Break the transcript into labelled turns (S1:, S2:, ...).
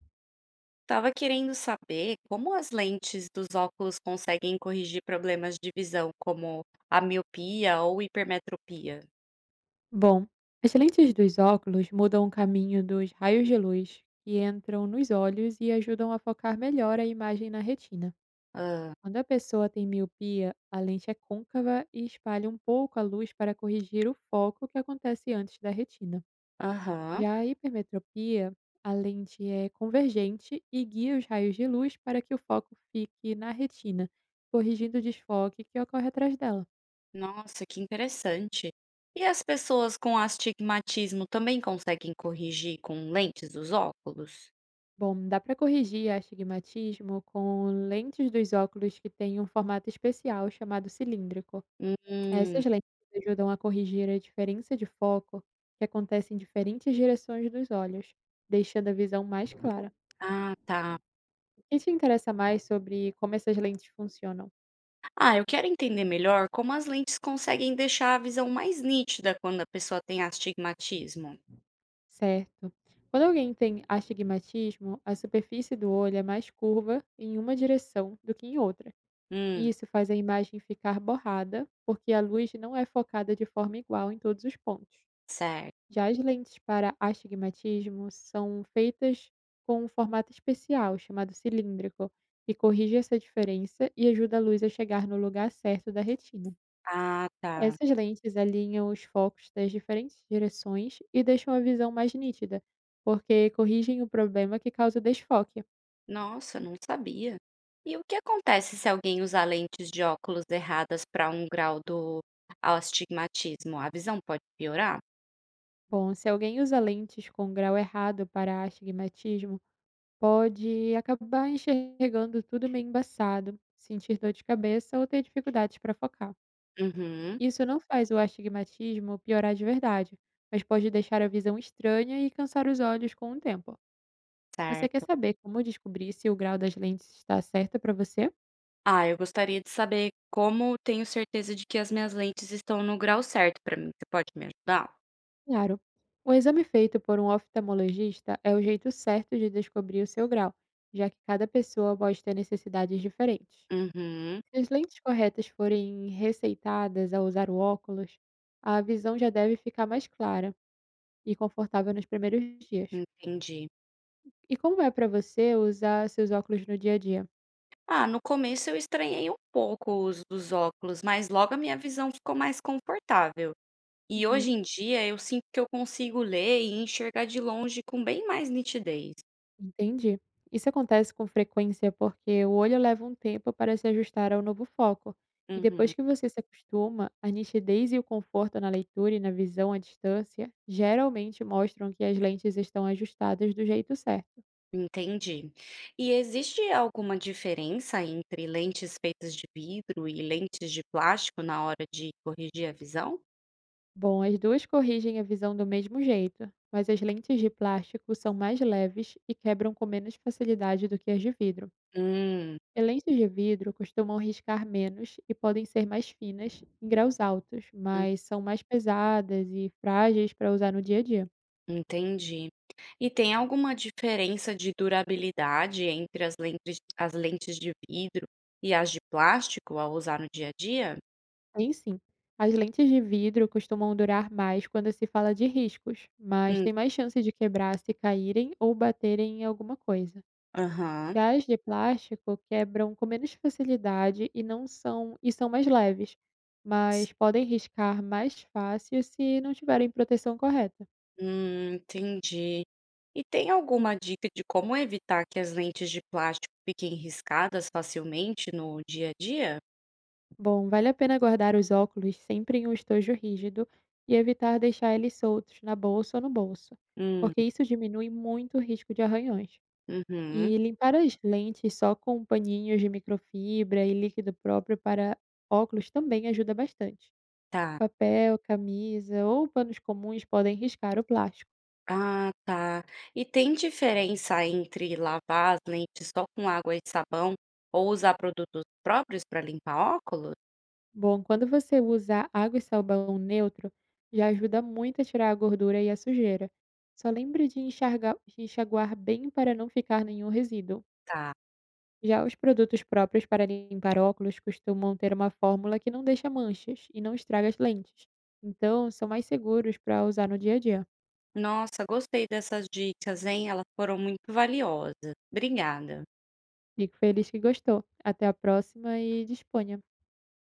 S1: Tava querendo saber como as lentes dos óculos conseguem corrigir problemas de visão, como a miopia ou hipermetropia.
S2: Bom, as lentes dos óculos mudam o caminho dos raios de luz que entram nos olhos e ajudam a focar melhor a imagem na retina.
S1: Ah.
S2: Quando a pessoa tem miopia, a lente é côncava e espalha um pouco a luz para corrigir o foco que acontece antes da retina.
S1: Aham.
S2: Já a hipermetropia, a lente é convergente e guia os raios de luz para que o foco fique na retina, corrigindo o desfoque que ocorre atrás dela.
S1: Nossa, que interessante! E as pessoas com astigmatismo também conseguem corrigir com lentes dos óculos?
S2: Bom, dá para corrigir astigmatismo com lentes dos óculos que têm um formato especial chamado cilíndrico.
S1: Hum.
S2: Essas lentes ajudam a corrigir a diferença de foco que acontece em diferentes direções dos olhos, deixando a visão mais clara.
S1: Ah, tá.
S2: O que te interessa mais sobre como essas lentes funcionam?
S1: Ah, eu quero entender melhor como as lentes conseguem deixar a visão mais nítida quando a pessoa tem astigmatismo.
S2: Certo. Quando alguém tem astigmatismo, a superfície do olho é mais curva em uma direção do que em outra.
S1: Hum.
S2: E isso faz a imagem ficar borrada, porque a luz não é focada de forma igual em todos os pontos.
S1: Certo.
S2: Já as lentes para astigmatismo são feitas com um formato especial, chamado cilíndrico, que corrige essa diferença e ajuda a luz a chegar no lugar certo da retina.
S1: Ah, tá.
S2: Essas lentes alinham os focos das diferentes direções e deixam a visão mais nítida, porque corrigem o problema que causa desfoque.
S1: Nossa, não sabia! E o que acontece se alguém usar lentes de óculos erradas para um grau do astigmatismo? A visão pode piorar?
S2: Bom, se alguém usa lentes com grau errado para astigmatismo, pode acabar enxergando tudo meio embaçado, sentir dor de cabeça ou ter dificuldades para focar.
S1: Uhum.
S2: Isso não faz o astigmatismo piorar de verdade, mas pode deixar a visão estranha e cansar os olhos com o tempo. Você quer
S1: Certo.
S2: saber como descobrir se o grau das lentes está certo para você?
S1: Ah, eu gostaria de saber como tenho certeza de que as minhas lentes estão no grau certo para mim. Você pode me ajudar?
S2: Claro. O exame feito por um oftalmologista é o jeito certo de descobrir o seu grau, já que cada pessoa pode ter necessidades diferentes.
S1: Uhum.
S2: Se as lentes corretas forem receitadas ao usar o óculos, a visão já deve ficar mais clara e confortável nos primeiros dias.
S1: Entendi.
S2: E como é para você usar seus óculos no dia a dia?
S1: Ah, no começo eu estranhei um pouco o uso dos óculos, mas logo a minha visão ficou mais confortável. E hoje
S2: Uhum,
S1: em dia eu sinto que eu consigo ler e enxergar de longe com bem mais nitidez.
S2: entendi. Isso acontece com frequência porque o olho leva um tempo para se ajustar ao novo foco. E
S1: Uhum.
S2: depois que você se acostuma, a nitidez e o conforto na leitura e na visão à distância geralmente mostram que as lentes estão ajustadas do jeito certo.
S1: Entendi. E existe alguma diferença entre lentes feitas de vidro e lentes de plástico na hora de corrigir a visão?
S2: Bom, as duas corrigem a visão do mesmo jeito, mas as lentes de plástico são mais leves e quebram com menos facilidade do que as de vidro.
S1: Hum.
S2: E lentes de vidro costumam riscar menos e podem ser mais finas em graus altos,
S1: Hum,
S2: mas são mais pesadas e frágeis para usar no dia a dia.
S1: entendi. E tem alguma diferença de durabilidade entre as lentes de vidro e as de plástico ao usar no dia a dia?
S2: Em sim, as lentes de vidro costumam durar mais quando se fala de riscos, mas
S1: Hum.
S2: tem mais chance de quebrar se caírem ou baterem em alguma coisa.
S1: Aham.
S2: Já as de plástico quebram com menos facilidade e não são e são mais leves, mas podem riscar mais fácil se não tiverem proteção correta.
S1: Entendi. E tem alguma dica de como evitar que as lentes de plástico fiquem riscadas facilmente no dia a dia?
S2: Bom, vale a pena guardar os óculos sempre em um estojo rígido e evitar deixar eles soltos na bolsa ou no bolso,
S1: Hum.
S2: porque isso diminui muito o risco de arranhões.
S1: Uhum.
S2: E limpar as lentes só com paninhos de microfibra e líquido próprio para óculos também ajuda bastante.
S1: Tá.
S2: Papel, camisa ou panos comuns podem riscar o plástico.
S1: Ah, tá. E tem diferença entre lavar as lentes só com água e sabão ou usar produtos próprios para limpar óculos?
S2: Bom, quando você usa água e sabão neutro, já ajuda muito a tirar a gordura e a sujeira. Só lembre de enxaguar bem para não ficar nenhum resíduo.
S1: Tá.
S2: Já os produtos próprios para limpar óculos costumam ter uma fórmula que não deixa manchas e não estraga as lentes. Então, são mais seguros para usar no dia a dia.
S1: Nossa, gostei dessas dicas, hein? Elas foram muito valiosas. Obrigada.
S2: Fico feliz que gostou. Até a próxima e disponha.